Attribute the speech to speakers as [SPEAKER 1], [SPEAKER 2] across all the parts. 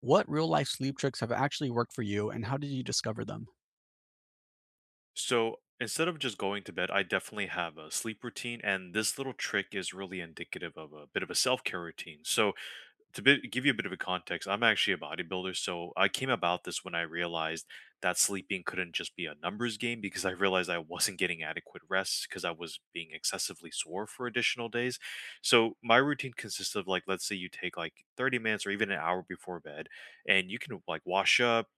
[SPEAKER 1] What real life sleep tricks have actually worked for you, and how did you discover them?
[SPEAKER 2] So instead of just going to bed, I definitely have a sleep routine, and this little trick is really indicative of a bit of a self care routine. Give you a bit of a context, I'm actually a bodybuilder. So, I came about this when I realized that sleeping couldn't just be a numbers game because I realized I wasn't getting adequate rest because I was being excessively sore for additional days. So, my routine consists of like, let's say you take like 30 minutes or even an hour before bed, and you can like wash up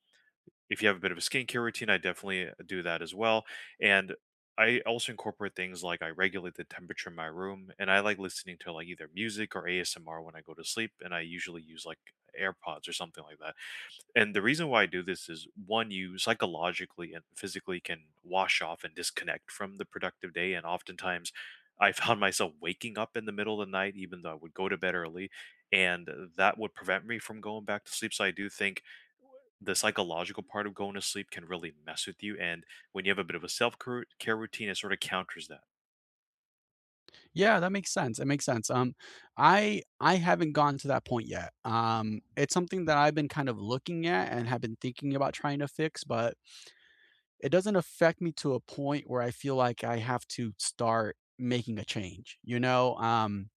[SPEAKER 2] if you have a bit of a skincare routine, I definitely do that as well. And I also incorporate things like I regulate the temperature in my room and I like listening to like either music or ASMR when I go to sleep. And I usually use like AirPods or something like that. And the reason why I do this is one, you psychologically and physically can wash off and disconnect from the productive day. And oftentimes I found myself waking up in the middle of the night, even though I would go to bed early. And that would prevent me from going back to sleep. So I do think the psychological part of going to sleep can really mess with you. And when you have a bit of a self care routine, it sort of counters that.
[SPEAKER 1] Yeah, that makes sense. It makes sense. I haven't gotten to that point yet. It's something that I've been kind of looking at and have been thinking about trying to fix, but it doesn't affect me to a point where I feel like I have to start making a change, you know.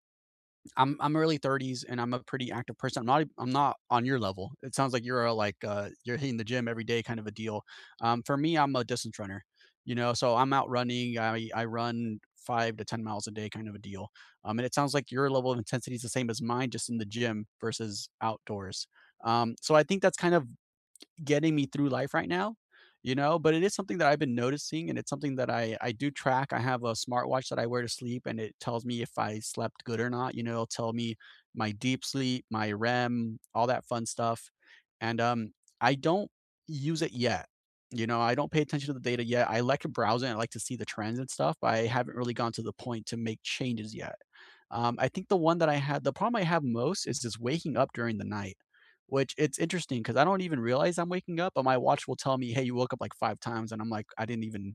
[SPEAKER 1] I'm early 30s and I'm a pretty active person. I'm not on your level. It sounds like you're a, like you're hitting the gym every day kind of a deal. For me, I'm a distance runner. You know, so I'm out running. I run 5 to 10 miles a day kind of a deal. And it sounds like your level of intensity is the same as mine, just in the gym versus outdoors. So I think that's kind of getting me through life right now, you know, but it is something that I've been noticing, and it's something that I do track. I have a smartwatch that I wear to sleep, and it tells me if I slept good or not. You know, it'll tell me my deep sleep, my REM, all that fun stuff. And I don't use it yet. You know, I don't pay attention to the data yet. I like to browse it. I like to see the trends and stuff, but I haven't really gone to the point to make changes yet. I think the one that I had the problem I have most is just waking up during the night, which, it's interesting because I don't even realize I'm waking up, but my watch will tell me, "Hey, you woke up like five times," and I'm like, I didn't even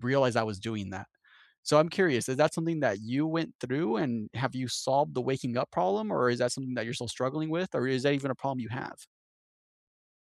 [SPEAKER 1] realize I was doing that. So I'm curious, is that something that you went through, and have you solved the waking up problem, or is that something that you're still struggling with, or is that even a problem you have?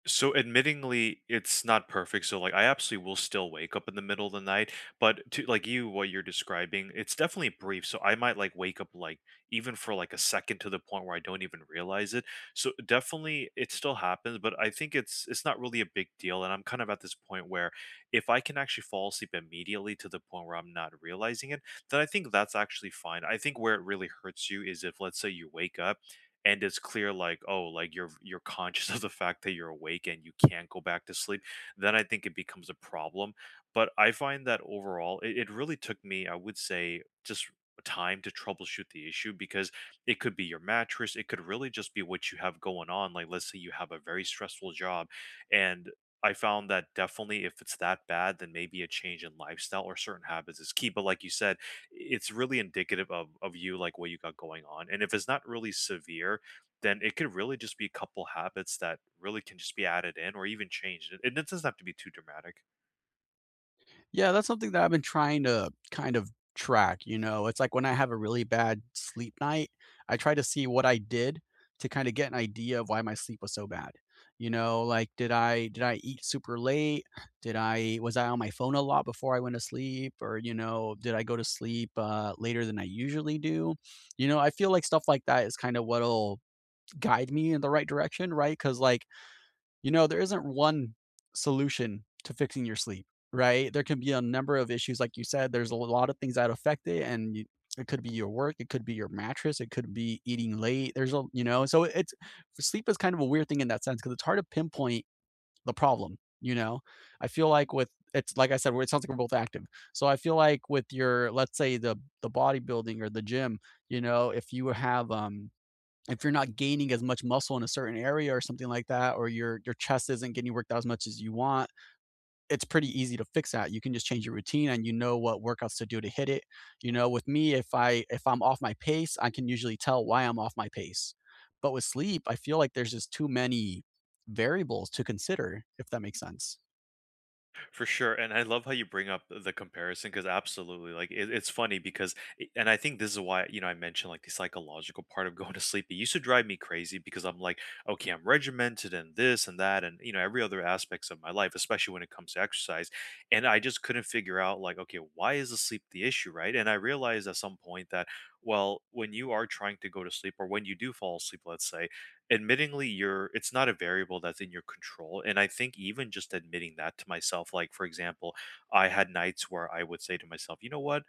[SPEAKER 2] So admittingly, it's not perfect. So like I absolutely will still wake up in the middle of the night, but to like you, what you're describing, it's definitely brief. So I might like wake up like even for like a second to the point where I don't even realize it. So definitely it still happens, but I think it's not really a big deal. And I'm kind of at this point where if I can actually fall asleep immediately to the point where I'm not realizing it, then I think that's actually fine. I think where it really hurts you is if let's say you wake up and it's clear like oh like you're conscious of the fact that you're awake and you can't go back to sleep, then I think it becomes a problem. But I find that overall it really took me, I would say, just time to troubleshoot the issue because it could be your mattress, it could really just be what you have going on. Like let's say you have a very stressful job, and I found that definitely if it's that bad, then maybe a change in lifestyle or certain habits is key. But like you said, it's really indicative of you, like what you got going on. And if it's not really severe, then it could really just be a couple habits that really can just be added in or even changed. And it doesn't have to be too dramatic.
[SPEAKER 1] Yeah, that's something that I've been trying to kind of track, you know. It's like, when I have a really bad sleep night, I try to see what I did to kind of get an idea of why my sleep was so bad. You know, like, did I eat super late? Did I was I on my phone a lot before I went to sleep? Or, you know, did I go to sleep later than I usually do? You know, I feel like stuff like that is kind of what'll guide me in the right direction, right? Cuz, like, you know, there isn't one solution to fixing your sleep, right? There can be a number of issues. Like you said, there's a lot of things that affect it, and you it could be your work, it could be your mattress, it could be eating late. There's a you know, so it's Sleep is kind of a weird thing in that sense because it's hard to pinpoint the problem, you know? I feel like with it's like I said, where it sounds like we're both active. So I feel like with your, let's say, the bodybuilding or the gym, you know, if you have, if you're not gaining as much muscle in a certain area or something like that, or your chest isn't getting worked out as much as you want, it's pretty easy to fix that. You can just change your routine and you know what workouts to do to hit it. You know, with me, if I if I'm off my pace, I can usually tell why I'm off my pace. But with sleep, I feel like there's just too many variables to consider, if that makes sense.
[SPEAKER 2] For sure, and I love how you bring up the comparison because absolutely, like it's funny because, and I think this is why you know I mentioned like the psychological part of going to sleep. It used to drive me crazy because I'm like, okay, I'm regimented and this and that, and you know every other aspects of my life, especially when it comes to exercise, and I just couldn't figure out like, okay, why is the sleep the issue, right? And I realized at some point that well, when you are trying to go to sleep or when you do fall asleep, let's say admittingly you're it's not a variable that's in your control. And I think even just admitting that to myself, like for example, I had nights where I would say to myself, you know what,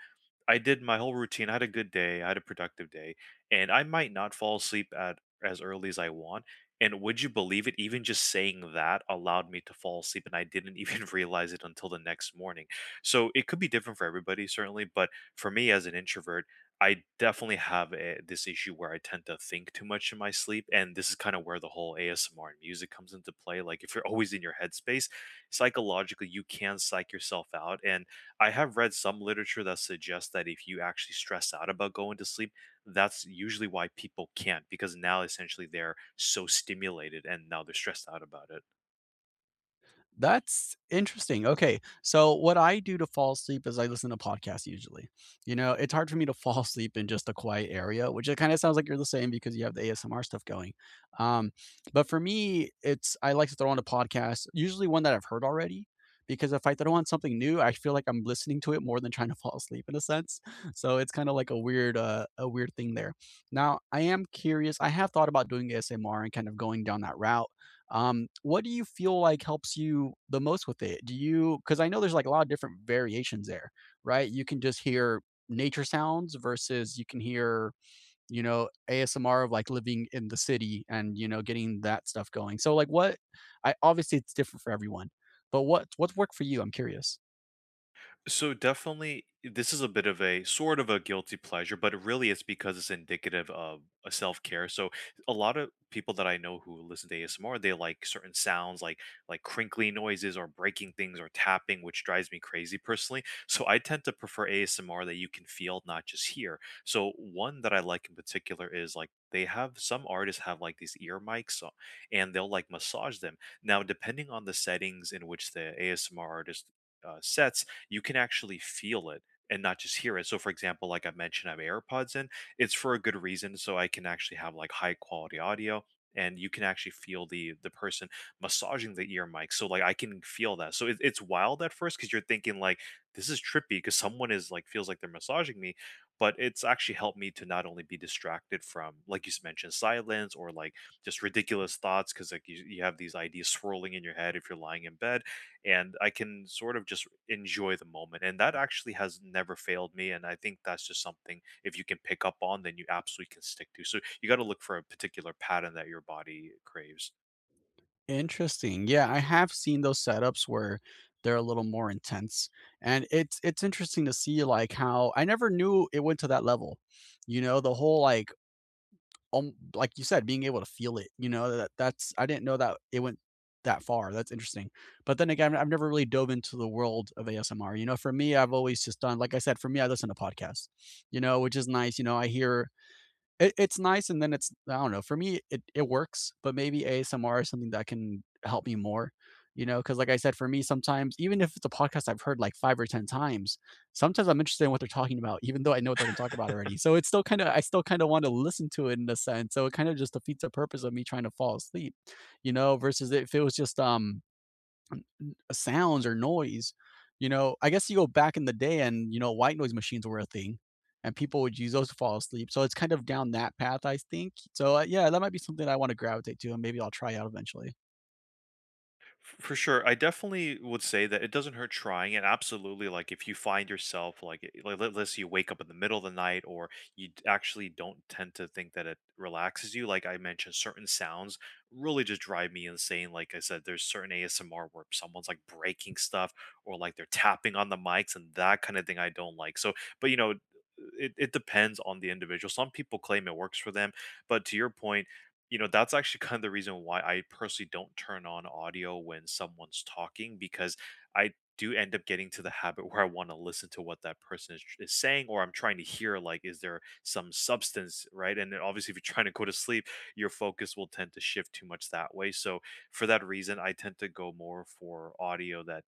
[SPEAKER 2] I did my whole routine, I had a good day, I had a productive day, and I might not fall asleep at as early as I want. And would you believe it, even just saying that allowed me to fall asleep and I didn't even realize it until the next morning. So it could be different for everybody certainly, but for me as an introvert, I definitely have this issue where I tend to think too much in my sleep, and this is kind of where the whole ASMR and music comes into play. Like if you're always in your headspace, psychologically you can psych yourself out. And I have read some literature that suggests that if you actually stress out about going to sleep, that's usually why people can't, because now essentially they're so stimulated and now they're stressed out about it.
[SPEAKER 1] That's interesting. Okay. So what I do to fall asleep is I listen to podcasts usually. You know, it's hard for me to fall asleep in just a quiet area, which it kind of sounds like you're the same, because you have the ASMR stuff going. Um, but for me, it's I like to throw on a podcast, usually one that I've heard already, because if I throw on something new, I feel like I'm listening to it more than trying to fall asleep in a sense. So it's kind of like a weird thing there. Now, I am curious. I have thought about doing ASMR and kind of going down that route. What do you feel like helps you the most with it? Do you Because I know there's like a lot of different variations there, right? You can just hear nature sounds versus you can hear, you know, ASMR of like living in the city and, you know, getting that stuff going. So like, what I obviously it's different for everyone, but what's worked for you? I'm curious.
[SPEAKER 2] So definitely, this is a bit of a sort of a guilty pleasure, but really it's because it's indicative of a self care. So a lot of people that I know who listen to ASMR, they like certain sounds, like crinkly noises or breaking things or tapping, which drives me crazy personally. So I tend to prefer ASMR that you can feel, not just hear. So one that I like in particular is like they have some artists have like these ear mics and they'll like massage them. Now, depending on the settings in which the ASMR artist sets, you can actually feel it and not just hear it. So, for example, like I mentioned, I have AirPods in. It's for a good reason, so I can actually have like high quality audio, and you can actually feel the person massaging the ear mic. So, like I can feel that. So it's wild at first because you're thinking like this is trippy because someone is like feels like they're massaging me, but it's actually helped me to not only be distracted from like mentioned silence or like just ridiculous thoughts because like you have these ideas swirling in your head if you're lying in bed, and I can sort of just enjoy the moment. And that actually has never failed me. And I think that's just something if you can pick up on, then you absolutely can stick to. So you got to look for a particular pattern that your body craves.
[SPEAKER 1] Interesting. Yeah, I have seen those setups where they're a little more intense. And it's interesting to see like how I never knew it went to that level. You know, the whole like you said, being able to feel it, you know, that that's I didn't know that it went that far. That's interesting. But then again, I've never really dove into the world of ASMR. You know, for me, I've always just done, like I said, for me, I listen to podcasts, you know, which is nice. You know, I hear it's nice, and then it's, I don't know, for me, it works, but maybe ASMR is something that can help me more, you know. Because, like I said, for me, sometimes even if it's a podcast I've heard like 5 or 10 times, sometimes I'm interested in what they're talking about, even though I know what they're gonna talk about already. So it's still kinda, I still kinda wanna listen to it in a sense, so it kinda just defeats the purpose of me trying to fall asleep, you know, versus if it was just, sounds or noise. You know, I guess you go back in the day and, you know, white noise machines were a thing, and people would use those to fall asleep. So it's kind of down that path, I think. So, yeah, that might be something I want to gravitate to, and maybe I'll try out eventually.
[SPEAKER 2] For sure. I definitely would say that it doesn't hurt trying it. Absolutely. Like if you find yourself like, let's say you wake up in the middle of the night or actually don't tend to think that it relaxes you. Like I mentioned, certain sounds really just drive me insane. Like I said, there's certain ASMR where someone's like breaking stuff or like they're tapping on the mics and that kind of thing I don't like. So, but you know, it depends on the individual. Some people claim it works for them, but to your point, you know, that's actually kind of the reason why I personally don't turn on audio when someone's talking because I do end up getting to the habit where I want to listen to what that person is saying, or I'm trying to hear, like, is there some substance, right? And then obviously, if you're trying to go to sleep, your focus will tend to shift too much that way. So, for that reason, I tend to go more for audio that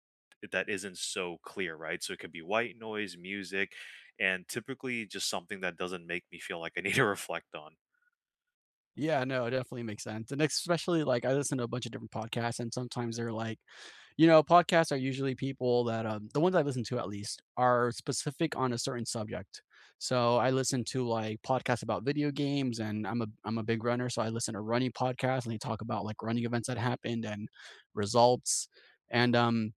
[SPEAKER 2] isn't so clear, right? So it could be white noise, music, and typically just something that doesn't make me feel like I need to reflect on.
[SPEAKER 1] Yeah, no, it definitely makes sense. And especially, like, I listen to a bunch of different podcasts, and sometimes they're like, you know, podcasts are usually people that, the ones I listen to at least are specific on a certain subject. So I listen to like podcasts about video games, and I'm a big runner, so I listen to running podcasts, and they talk about like running events that happened and results. And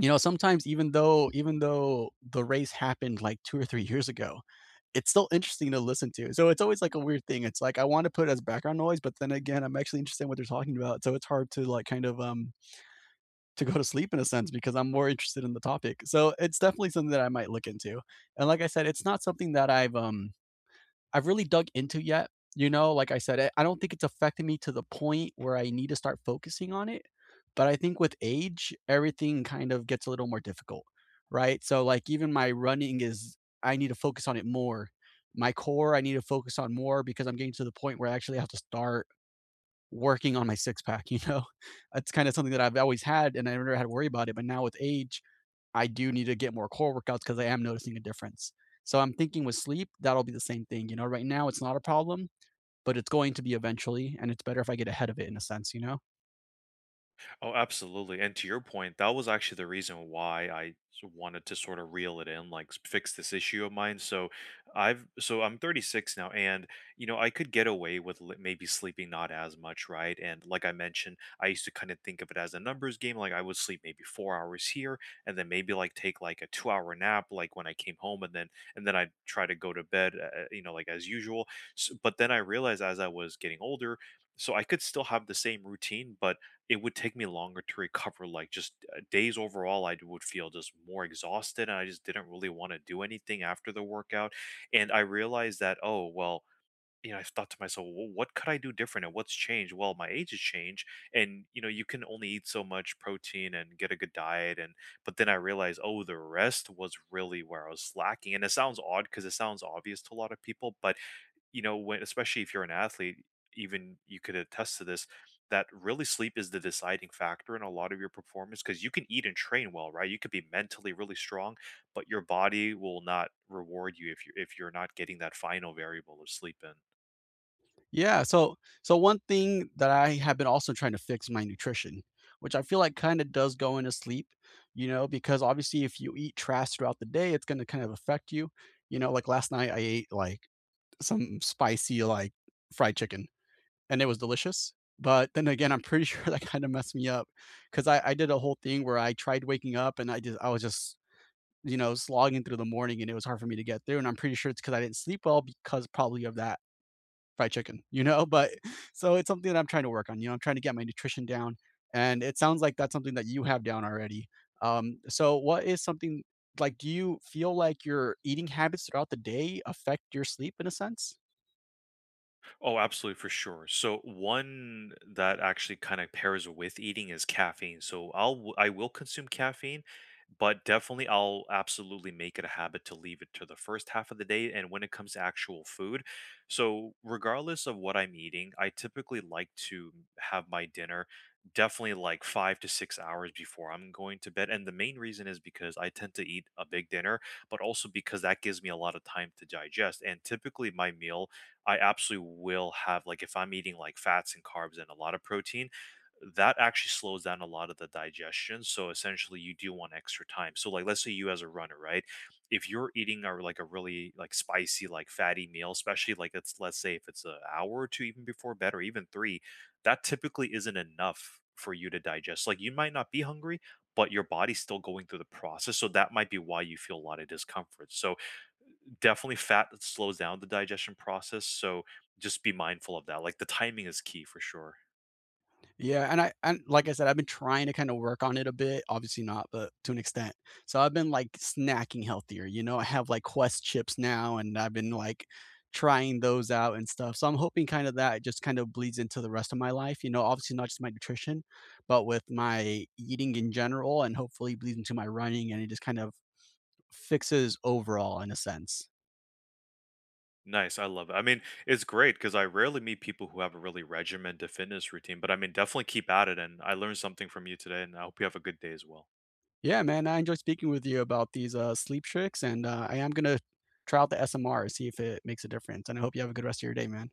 [SPEAKER 1] you know, sometimes, even though the race happened like 2 or 3 years ago, it's still interesting to listen to. So it's always like a weird thing. It's like, I want to put it as background noise, but then again, I'm actually interested in what they're talking about. So it's hard to like kind of to go to sleep in a sense, because I'm more interested in the topic. So it's definitely something that I might look into. And like I said, it's not something that I've really dug into yet. You know, like I said, I don't think it's affected me to the point where I need to start focusing on it. But I think with age, everything kind of gets a little more difficult, right? So, like, even my running is, I need to focus on it more. My core, I need to focus on more, because I'm getting to the point where I actually have to start working on my six pack, you know? That's kind of something that I've always had, and I never had to worry about it. But now with age, I do need to get more core workouts, because I am noticing a difference. So I'm thinking with sleep, that'll be the same thing. You know, right now it's not a problem, but it's going to be eventually, and it's better if I get ahead of it in a sense, you know?
[SPEAKER 2] Oh, absolutely. And to your point, that was actually the reason why wanted to sort of reel it in, like fix this issue of mine. So I'm 36 now, and you know, I could get away with maybe sleeping not as much, right? And like I mentioned, I used to kind of think of it as a numbers game. Like I would sleep maybe 4 hours here, and then maybe like take like a 2 hour nap, like when I came home, and then I'd try to go to bed, you know, like as usual. S But then I realized as I was getting older, so I could still have the same routine, but it would take me longer to recover, like, just, days overall, I would feel just more exhausted, and I just didn't really wanna do anything after the workout, and I realized that, "Oh, well," you know, I thought to myself, "Well, what could I do different and what's changed?" Well, my age has changed, and, you know, you can only eat so much protein and get a good diet, and but then I realized, "Oh, the rest was really where I was slacking," and it sounds odd because it sounds obvious to a lot of people, but you know, when especially if you're an athlete, even you could attest to this, that really sleep is the deciding factor in a lot of your performance because you can eat and train well, right? You could be mentally really strong, but your body will not reward you if you're not getting that final variable of sleep in.
[SPEAKER 1] Yeah. So one thing that I have been also trying to fix, my nutrition, which I feel like kind of does go into sleep, you know, because obviously if you eat trash throughout the day, it's gonna kind of affect you. You know, like, last night I ate like some spicy like fried chicken, and it was delicious. But then again, I'm pretty sure that kind of messed me up, because I did a whole thing where I tried waking up, and I was just, you know, slogging through the morning, and it was hard for me to get through. And I'm pretty sure it's because I didn't sleep well, because probably of that fried chicken, you know. But so it's something that I'm trying to work on. You know, I'm trying to get my nutrition down, and it sounds like that's something that you have down already. So what is something like? Do you feel like your eating habits throughout the day affect your sleep in a sense?
[SPEAKER 2] Oh, absolutely, for sure. So one that actually kind of pairs with eating is caffeine. So I will consume caffeine, but definitely I'll absolutely make it a habit to leave it to the first half of the day. And when it comes to actual food, so regardless of what I'm eating, I typically like to have my dinner definitely like 5 to 6 hours before I'm going to bed. And the main reason is because I tend to eat a big dinner, but also because that gives me a lot of time to digest. And typically my meal, I absolutely will have like if I'm eating like fats and carbs and a lot of protein, that actually slows down a lot of the digestion. So essentially you do want extra time. So like let's say you as a runner, right? If you're eating a like a really like spicy, like fatty meal, especially like it's let's say if it's an hour or two even before bed or even three, that typically isn't enough for you to digest. Like you might not be hungry, but your body's still going through the process. So that might be why you feel a lot of discomfort. So definitely fat that slows down the digestion process, so just be mindful of that, like, the timing is key for sure.
[SPEAKER 1] Yeah, and I and like I said, I've been trying to kind of work on it a bit, obviously not, but to an extent. So I've been like snacking healthier. You know, I have like Quest chips now, and I've been like trying those out and stuff. So I'm hoping kind of that just kind of bleeds into the rest of my life, you know, obviously not just my nutrition, but with my eating in general, and hopefully bleeds into my running, and it just kind of fixes overall in a sense.
[SPEAKER 2] Nice, I love it. I mean, it's great because I rarely meet people who have a really regimented fitness routine, but, I mean, definitely keep at it, and I learned something from you today, and I hope you have a good day as well.
[SPEAKER 1] Yeah, man, I enjoyed speaking with you about these sleep tricks, and I am gonna try out the SMR, see if it makes a difference. And I hope you have a good rest of your day, man.